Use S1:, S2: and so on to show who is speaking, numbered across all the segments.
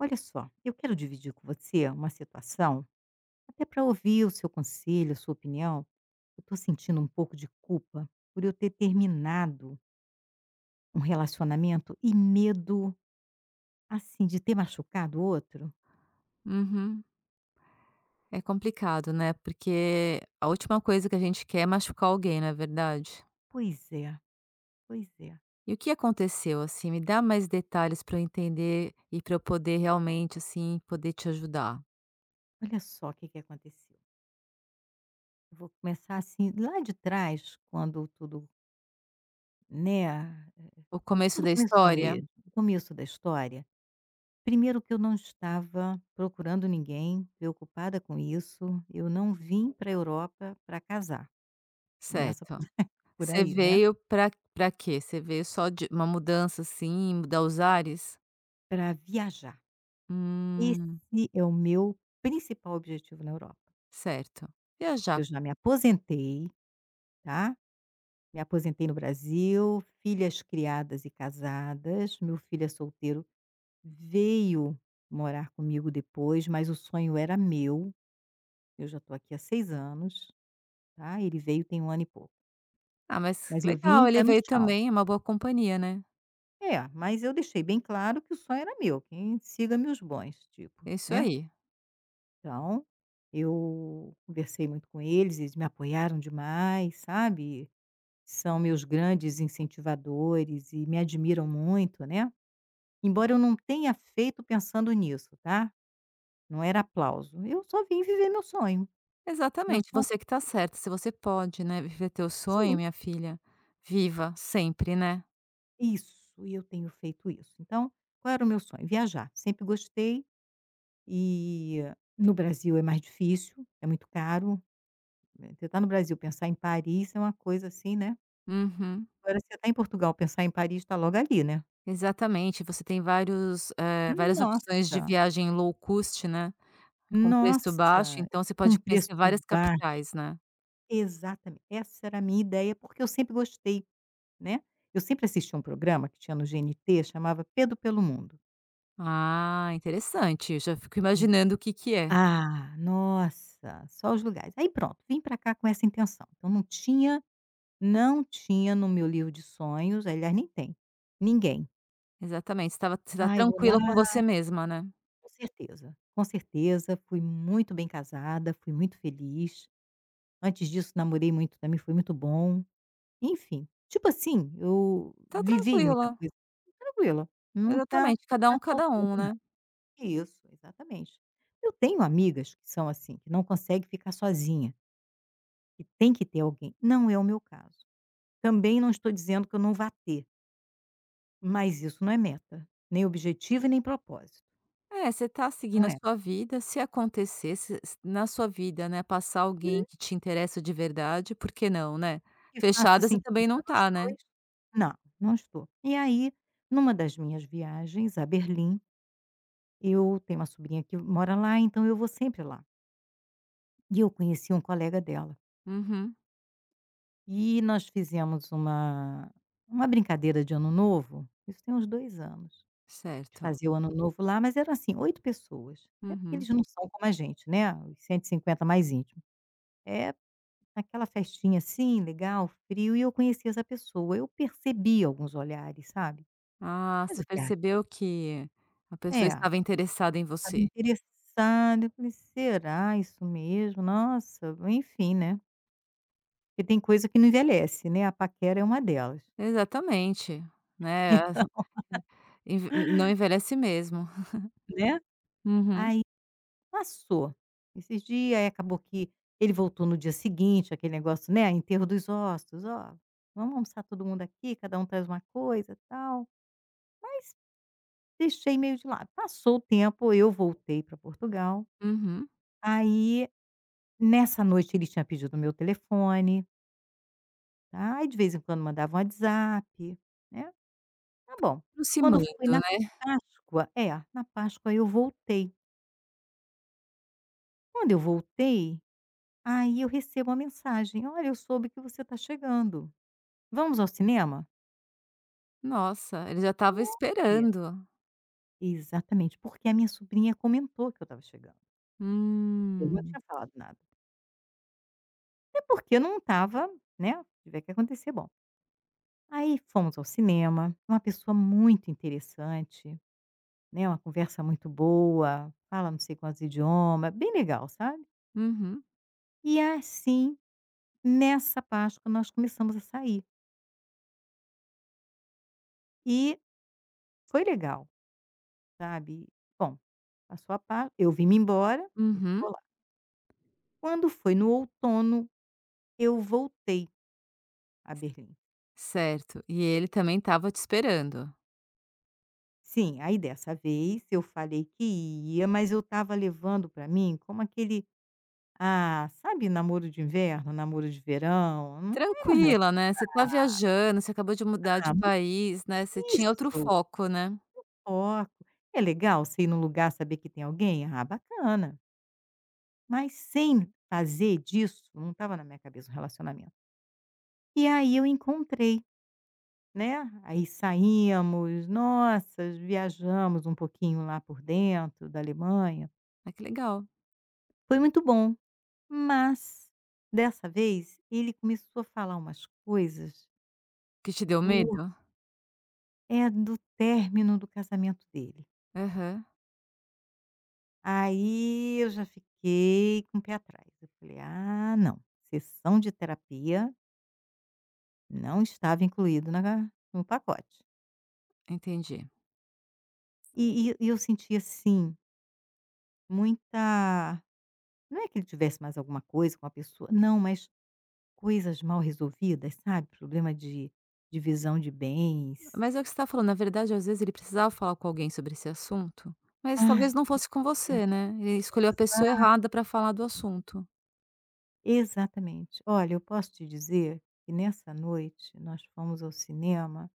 S1: Olha só, eu quero dividir com você uma situação, até para ouvir o seu conselho, a sua opinião. Eu estou sentindo um pouco de culpa por eu ter terminado um relacionamento e medo, assim, de ter machucado o outro.
S2: Uhum. É complicado, né, porque a última coisa que a gente quer é machucar alguém, não é verdade?
S1: Pois é, pois é.
S2: E o que aconteceu, assim? Me dá mais detalhes para eu entender e para eu poder realmente, assim, poder te ajudar.
S1: Olha só o que, que aconteceu. Eu vou começar assim, lá de trás, né? eh,
S2: O
S1: quando
S2: começo
S1: tudo
S2: da
S1: começou
S2: história?
S1: mesmo, o começo da história. Primeiro que eu não estava procurando ninguém, preocupada com isso, eu não vim para a Europa para casar, começa por
S2: Certo.
S1: por
S2: Você
S1: aí, né.
S2: veio pra quê? Você veio só de uma mudança, assim, mudar os ares?
S1: Para viajar.
S2: Hum,
S1: Esse é o meu principal objetivo na Europa.
S2: certo.
S1: Eu
S2: Viajar.
S1: já me aposentei, tá, me aposentei no Brasil, filhas criadas e casadas, meu filho é solteiro, veio morar comigo depois, mas o sonho era meu, eu já estou aqui há 6 anos, tá, ele veio tem um ano e pouco,
S2: Ah, mas
S1: mas
S2: que
S1: eu vim
S2: legal,
S1: pé
S2: ele
S1: no
S2: veio
S1: chão.
S2: também, é uma boa companhia, né?
S1: É, mas eu deixei bem claro que o sonho era meu, quem siga-me os bons, tipo,
S2: É isso
S1: né.
S2: aí.
S1: Então, eu conversei muito com eles, eles me apoiaram demais, sabe. São meus grandes incentivadores e me admiram muito, né. Embora eu não tenha feito pensando nisso, tá, não era aplauso, eu só vim viver meu
S2: Exatamente,
S1: sonho
S2: você que tá certa, se você pode, né, viver teu sonho
S1: sim,
S2: minha filha, viva sempre, né.
S1: isso, e eu tenho feito isso. Então, qual era o meu sonho? Viajar, sempre gostei. E no Brasil é mais difícil, é muito caro, né. Você tá no Brasil, pensar em Paris é uma coisa assim, né.
S2: Uhum,
S1: Agora você tá em Portugal, pensar em Paris está logo ali, né.
S2: exatamente, você tem várias opções de
S1: Nossa,
S2: viagem low cost, né, com preço baixo,
S1: nossa,
S2: então você
S1: com
S2: pode
S1: preço
S2: conhecer várias
S1: baixo.
S2: capitais, né.
S1: Exatamente, essa era a minha ideia, porque eu sempre gostei, né. Eu sempre assisti um programa que tinha no GNT, chamava Pedro pelo Mundo.
S2: Ah, interessante, eu já fico
S1: E
S2: imaginando o que que é.
S1: ah, nossa, só os lugares. Aí pronto, vim para cá com essa intenção. Não tinha no meu livro de sonhos, aliás nem tem, ninguém.
S2: Exatamente, você estava você tá
S1: "Ah, eu vou lá",
S2: tranquila com você mesma, né.
S1: com certeza, fui muito bem casada, fui muito feliz. Antes disso namorei muito, também foi muito bom. Enfim, tipo assim, eu
S2: Tá
S1: vivi muita
S2: tranquila,
S1: coisa. Tranquila, não está
S2: exatamente, cada
S1: faltando
S2: um,
S1: nada.
S2: né.
S1: Isso, exatamente. Eu tenho amigas que são assim, que não conseguem ficar sozinha, que tem que ter alguém. Não é o meu caso. Também não estou dizendo que eu não vá ter. Mas isso não é meta, nem objetivo e nem propósito,
S2: É, você tá
S1: não
S2: seguindo a
S1: é.
S2: sua vida, se acontecer se se na sua vida, né, passar
S1: Uhum.
S2: alguém que te interessa de verdade, por que não, né?
S1: Que faça
S2: Fechada você
S1: sentido
S2: também não
S1: para nós
S2: tá,
S1: 2.
S2: né?
S1: Não, não estou. E aí, numa das minhas viagens a Berlim, eu tenho uma sobrinha que mora lá, então eu vou sempre lá. E eu conheci um colega dela.
S2: Uhum,
S1: E nós fizemos uma brincadeira de ano novo, isso tem uns 2 anos, de
S2: certo.
S1: fazer o ano novo lá, mas eram assim 8 pessoas, até porque
S2: Uhum.
S1: eles não são como a gente, né, os 150 mais íntimos. É, aquela festinha assim, legal, frio, e eu conhecia essa pessoa. Eu percebi alguns olhares, sabe.
S2: Ah,
S1: Mas
S2: você
S1: o que é?
S2: percebeu que a pessoa
S1: É,
S2: estava interessada em
S1: estava
S2: você.
S1: interessada, eu falei: "Será isso mesmo? Nossa", enfim, né. Porque tem coisa que não envelhece, né, a paquera é uma delas.
S2: Exatamente, né, env não envelhece mesmo.
S1: Então, né.
S2: Uhum,
S1: Aí passou. Esses dias, aí acabou que ele voltou no dia seguinte, aquele negócio, né, enterro dos ossos: "Ó, vamos almoçar todo mundo aqui, cada um traz uma coisa, tal". Deixei meio de lado. Passou o tempo, eu voltei para Portugal,
S2: uhum.
S1: aí nessa noite ele tinha pedido o meu telefone, tá, aí de vez em quando mandava um WhatsApp, né, tá bom. Quando
S2: Aproximando,
S1: foi na
S2: né.
S1: Na Páscoa eu voltei. Quando eu voltei, aí eu recebo uma mensagem: "Olha, eu soube que você está chegando, vamos ao cinema?".
S2: Nossa, ele já estava
S1: E aí
S2: esperando.
S1: exatamente, porque a minha sobrinha comentou que eu estava chegando, eu não
S2: Hum.
S1: tinha falado nada. Até porque eu não estava, né. Se tiver que acontecer, bom. Aí fomos ao cinema, uma pessoa muito interessante, né, uma conversa muito boa, fala não sei quantos idiomas, bem legal, sabe.
S2: Uhum,
S1: E é assim, nessa Páscoa nós começamos a sair, e foi legal, sabe. Bom, passou a Páscoa, eu vim-me embora, ele
S2: uhum.
S1: ficou lá. Quando foi no outono, eu voltei a Berlim.
S2: Certo, e ele também estava te esperando.
S1: Sim, aí dessa vez eu falei que ia, mas eu estava levando para mim como aquele, ah, sabe, namoro de inverno, namoro de verão, não era um
S2: Tranquila, né, você tá viajando, você acabou de mudar de
S1: relacionamento.
S2: país, né, você tinha outro
S1: Isso,
S2: foco, né.
S1: foco. É legal você ir num lugar, saber que tem alguém? Ah, bacana, mas sem fazer disso, não estava na minha cabeça um relacionamento. E aí eu encontrei, né, aí saímos, nossa, viajamos um pouquinho lá por dentro da Alemanha,
S2: Ah, que legal.
S1: foi muito bom, mas dessa vez ele começou a falar umas coisas
S2: Que te deu
S1: do
S2: medo?
S1: do término do casamento dele.
S2: Aham,
S1: Aí eu já fiquei com o pé atrás. Eu falei: "Ah, não, sessão de terapia não estava incluído na no pacote".
S2: entendi.
S1: E eu senti, assim, muita, não é que ele tivesse mais alguma coisa com a pessoa, não, mas coisas mal resolvidas, sabe, problema de divisão de bens.
S2: Mas é o que você tá falando, na verdade, às vezes, ele precisava falar com alguém sobre esse assunto, mas
S1: Ai,
S2: talvez não
S1: pois
S2: fosse com
S1: é.
S2: você, né, ele escolheu a
S1: Exa
S2: pessoa errada para falar do assunto.
S1: Exatamente. Olha, eu posso te dizer que nessa noite nós fomos ao cinema.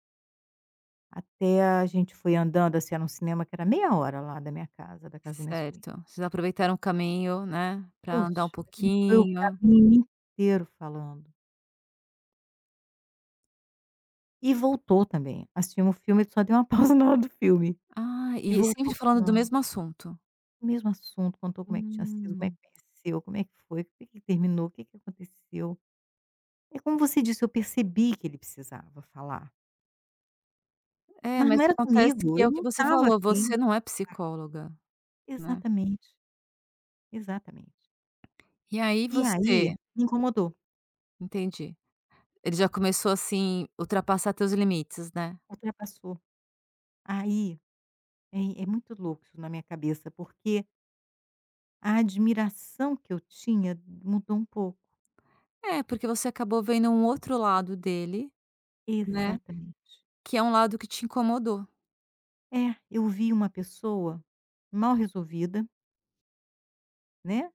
S1: Até a gente foi andando, assim, era um cinema que era meia hora lá da minha casa da minha sobrinha.
S2: Certo, vocês aproveitaram o caminho, né, para andar
S1: Poxa,
S2: um
S1: ele foi o
S2: pouquinho.
S1: caminho inteiro falando. E voltou também, assistimos o filme, ele só deu uma pausa na hora do filme.
S2: Ah,
S1: E
S2: e
S1: voltou
S2: sempre falando do
S1: falando,
S2: mesmo assunto.
S1: o mesmo assunto, contou como é que tinha sido, como é que
S2: Hum.
S1: conheceu, como é que foi, por que que terminou, o que que aconteceu. É como você disse, eu percebi que ele precisava falar,
S2: É,
S1: mas não
S2: mas
S1: era
S2: acontece
S1: comigo,
S2: que é
S1: eu
S2: o que
S1: não
S2: você
S1: estava
S2: falou,
S1: afim.
S2: você não é psicóloga, né.
S1: Exatamente, exatamente.
S2: E aí
S1: E
S2: você
S1: aí, me incomodou,
S2: entendi. Ele já começou, assim, ultrapassar teus limites, né.
S1: ultrapassou. Aí, é muito louco isso na minha cabeça, porque a admiração que eu tinha mudou um pouco.
S2: É, porque você acabou vendo um outro lado dele, né,
S1: Exatamente.
S2: que é um lado que te incomodou.
S1: É, eu vi uma pessoa mal resolvida, né,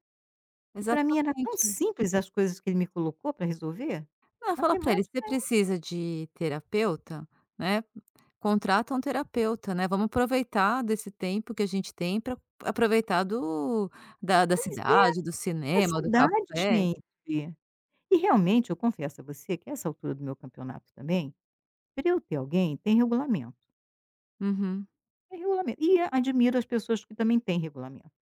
S1: que para mim era tão
S2: Exatamente.
S1: simples as coisas que ele me colocou para resolver.
S2: Não, fala pra ele:
S1: Matemática.
S2: "Você precisa de terapeuta, né, contrata um terapeuta, né, vamos aproveitar desse tempo que a gente tem pra aproveitar do da da
S1: Pois é,
S2: cidade, do
S1: da
S2: cinema, do
S1: cidade,
S2: café".
S1: gente. E realmente eu confesso a você que essa altura do meu campeonato também, pra eu ter alguém tem regulamento,
S2: Uhum.
S1: tem regulamento. E admiro as pessoas que também têm regulamento.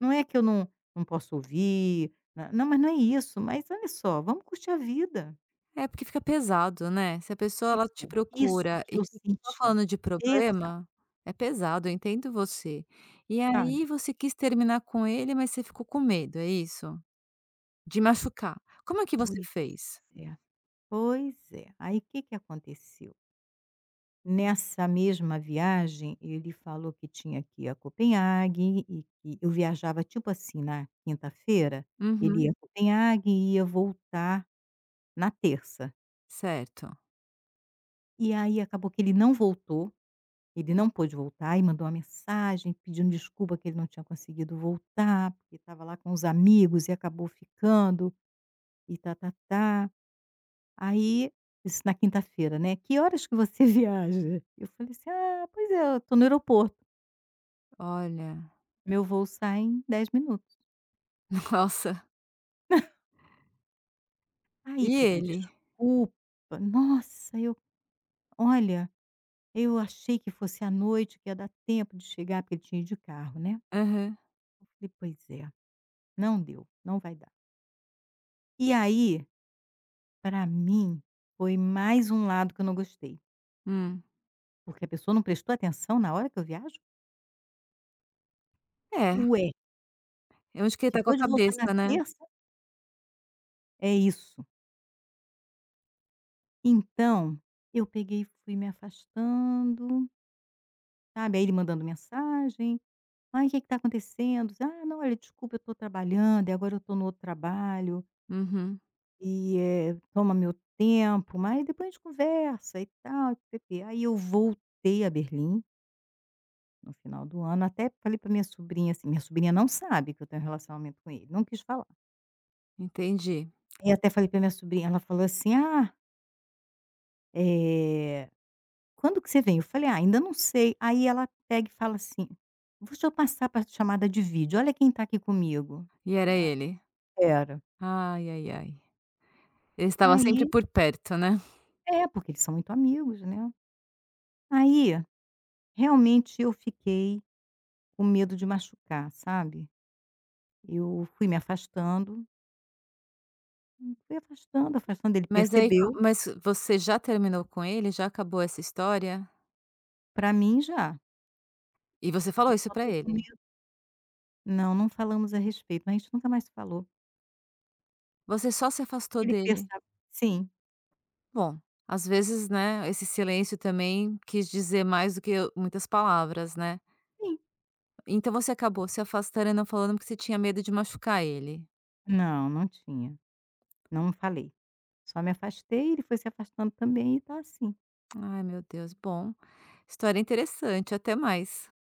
S1: Não é que eu não posso ouvir, na não, mas não é isso, mas olha só, vamos curtir a vida.
S2: É, porque fica pesado, né. Se a pessoa, ela te
S1: Tipo, isso
S2: procura
S1: que
S2: e
S1: eu
S2: fica só
S1: senti.
S2: falando de
S1: Exato,
S2: problema, é pesado, eu entendo você. E
S1: sabe.
S2: aí você quis terminar com ele, mas você ficou com medo, é isso? De machucar. Como é que você
S1: Pois
S2: fez?
S1: é. Pois é. Aí o que que aconteceu? Nessa mesma viagem, ele falou que tinha que ir a Copenhague e que eu viajava, tipo assim, na quinta-feira, ele
S2: Uhum,
S1: ia a Copenhague e ia voltar na terça.
S2: certo.
S1: E aí acabou que ele não voltou. Ele não pôde voltar e mandou uma mensagem pedindo desculpa que ele não tinha conseguido voltar, porque estava lá com os amigos e acabou ficando e tá-tá-tá. Aí, isso na quinta-feira, né: "Que horas que você viaja?" Eu falei assim: "Ah, pois é, eu tô no aeroporto,
S2: Olha,
S1: meu voo sai em 10 minutos".
S2: nossa.
S1: Aí
S2: E
S1: pediu
S2: ele?
S1: desculpa. Nossa, eu olha, eu achei que fosse à noite, que ia dar tempo de chegar, porque ele tinha ido de carro, né.
S2: Aham.
S1: Eu falei: "Pois é, não deu, não vai dar". E aí, para mim, foi mais um lado que eu não gostei,
S2: Hum.
S1: porque a pessoa não prestou atenção na hora que eu viajo?
S2: É,
S1: Ué.
S2: é onde que ele tá com a
S1: Ficou de voltar na
S2: cabeça, né.
S1: terça? É isso. Então, eu peguei e fui me afastando, sabe, aí ele mandando mensagem: "Ai, o que está acontecendo?". "Ah, não, olha, desculpa, eu estou trabalhando e agora eu estou no outro trabalho
S2: Uhum,
S1: e, toma meu tempo, mas depois a gente conversa e tal, e pê-pê". Aí eu voltei a Berlim. No final do ano, até falei pra minha sobrinha, assim, minha sobrinha não sabe que eu tenho um relacionamento com ele, não quis falar.
S2: entendi.
S1: Aí até falei pra minha sobrinha, ela falou assim: "Ah, eh, quando que você vem?" Eu falei: "Ah, ainda não sei". Aí ela pega e fala assim: "Deixa eu passar para chamada de vídeo, olha quem tá aqui comigo".
S2: E era
S1: Falei: "Ah,
S2: ele.
S1: espera".
S2: Ai, ai, ai. Ele estava sempre
S1: Aí
S2: por perto, né.
S1: é, porque eles são muito amigos, né. Aí, realmente eu fiquei com medo de machucar, sabe. Eu fui me afastando, fui afastando, afastando, ele
S2: Mas aí
S1: percebeu,
S2: co mas você já terminou com ele? Já acabou essa história?
S1: pra mim já.
S2: E você falou
S1: Eu
S2: isso
S1: só
S2: pra
S1: tô com
S2: ele?
S1: medo, não, não falamos a respeito, mas a gente nunca mais falou.
S2: Você só se afastou
S1: Ele
S2: dele.
S1: pensava sim,
S2: Bom, às vezes, né, esse silêncio também quis dizer mais do que muitas palavras, né.
S1: sim.
S2: Então você acabou se afastando e não falando porque você tinha medo de machucar ele.
S1: Não, não tinha, não falei. Só me afastei, ele foi se afastando também e tá assim.
S2: Ai, meu Deus. Bom, história interessante. Até mais.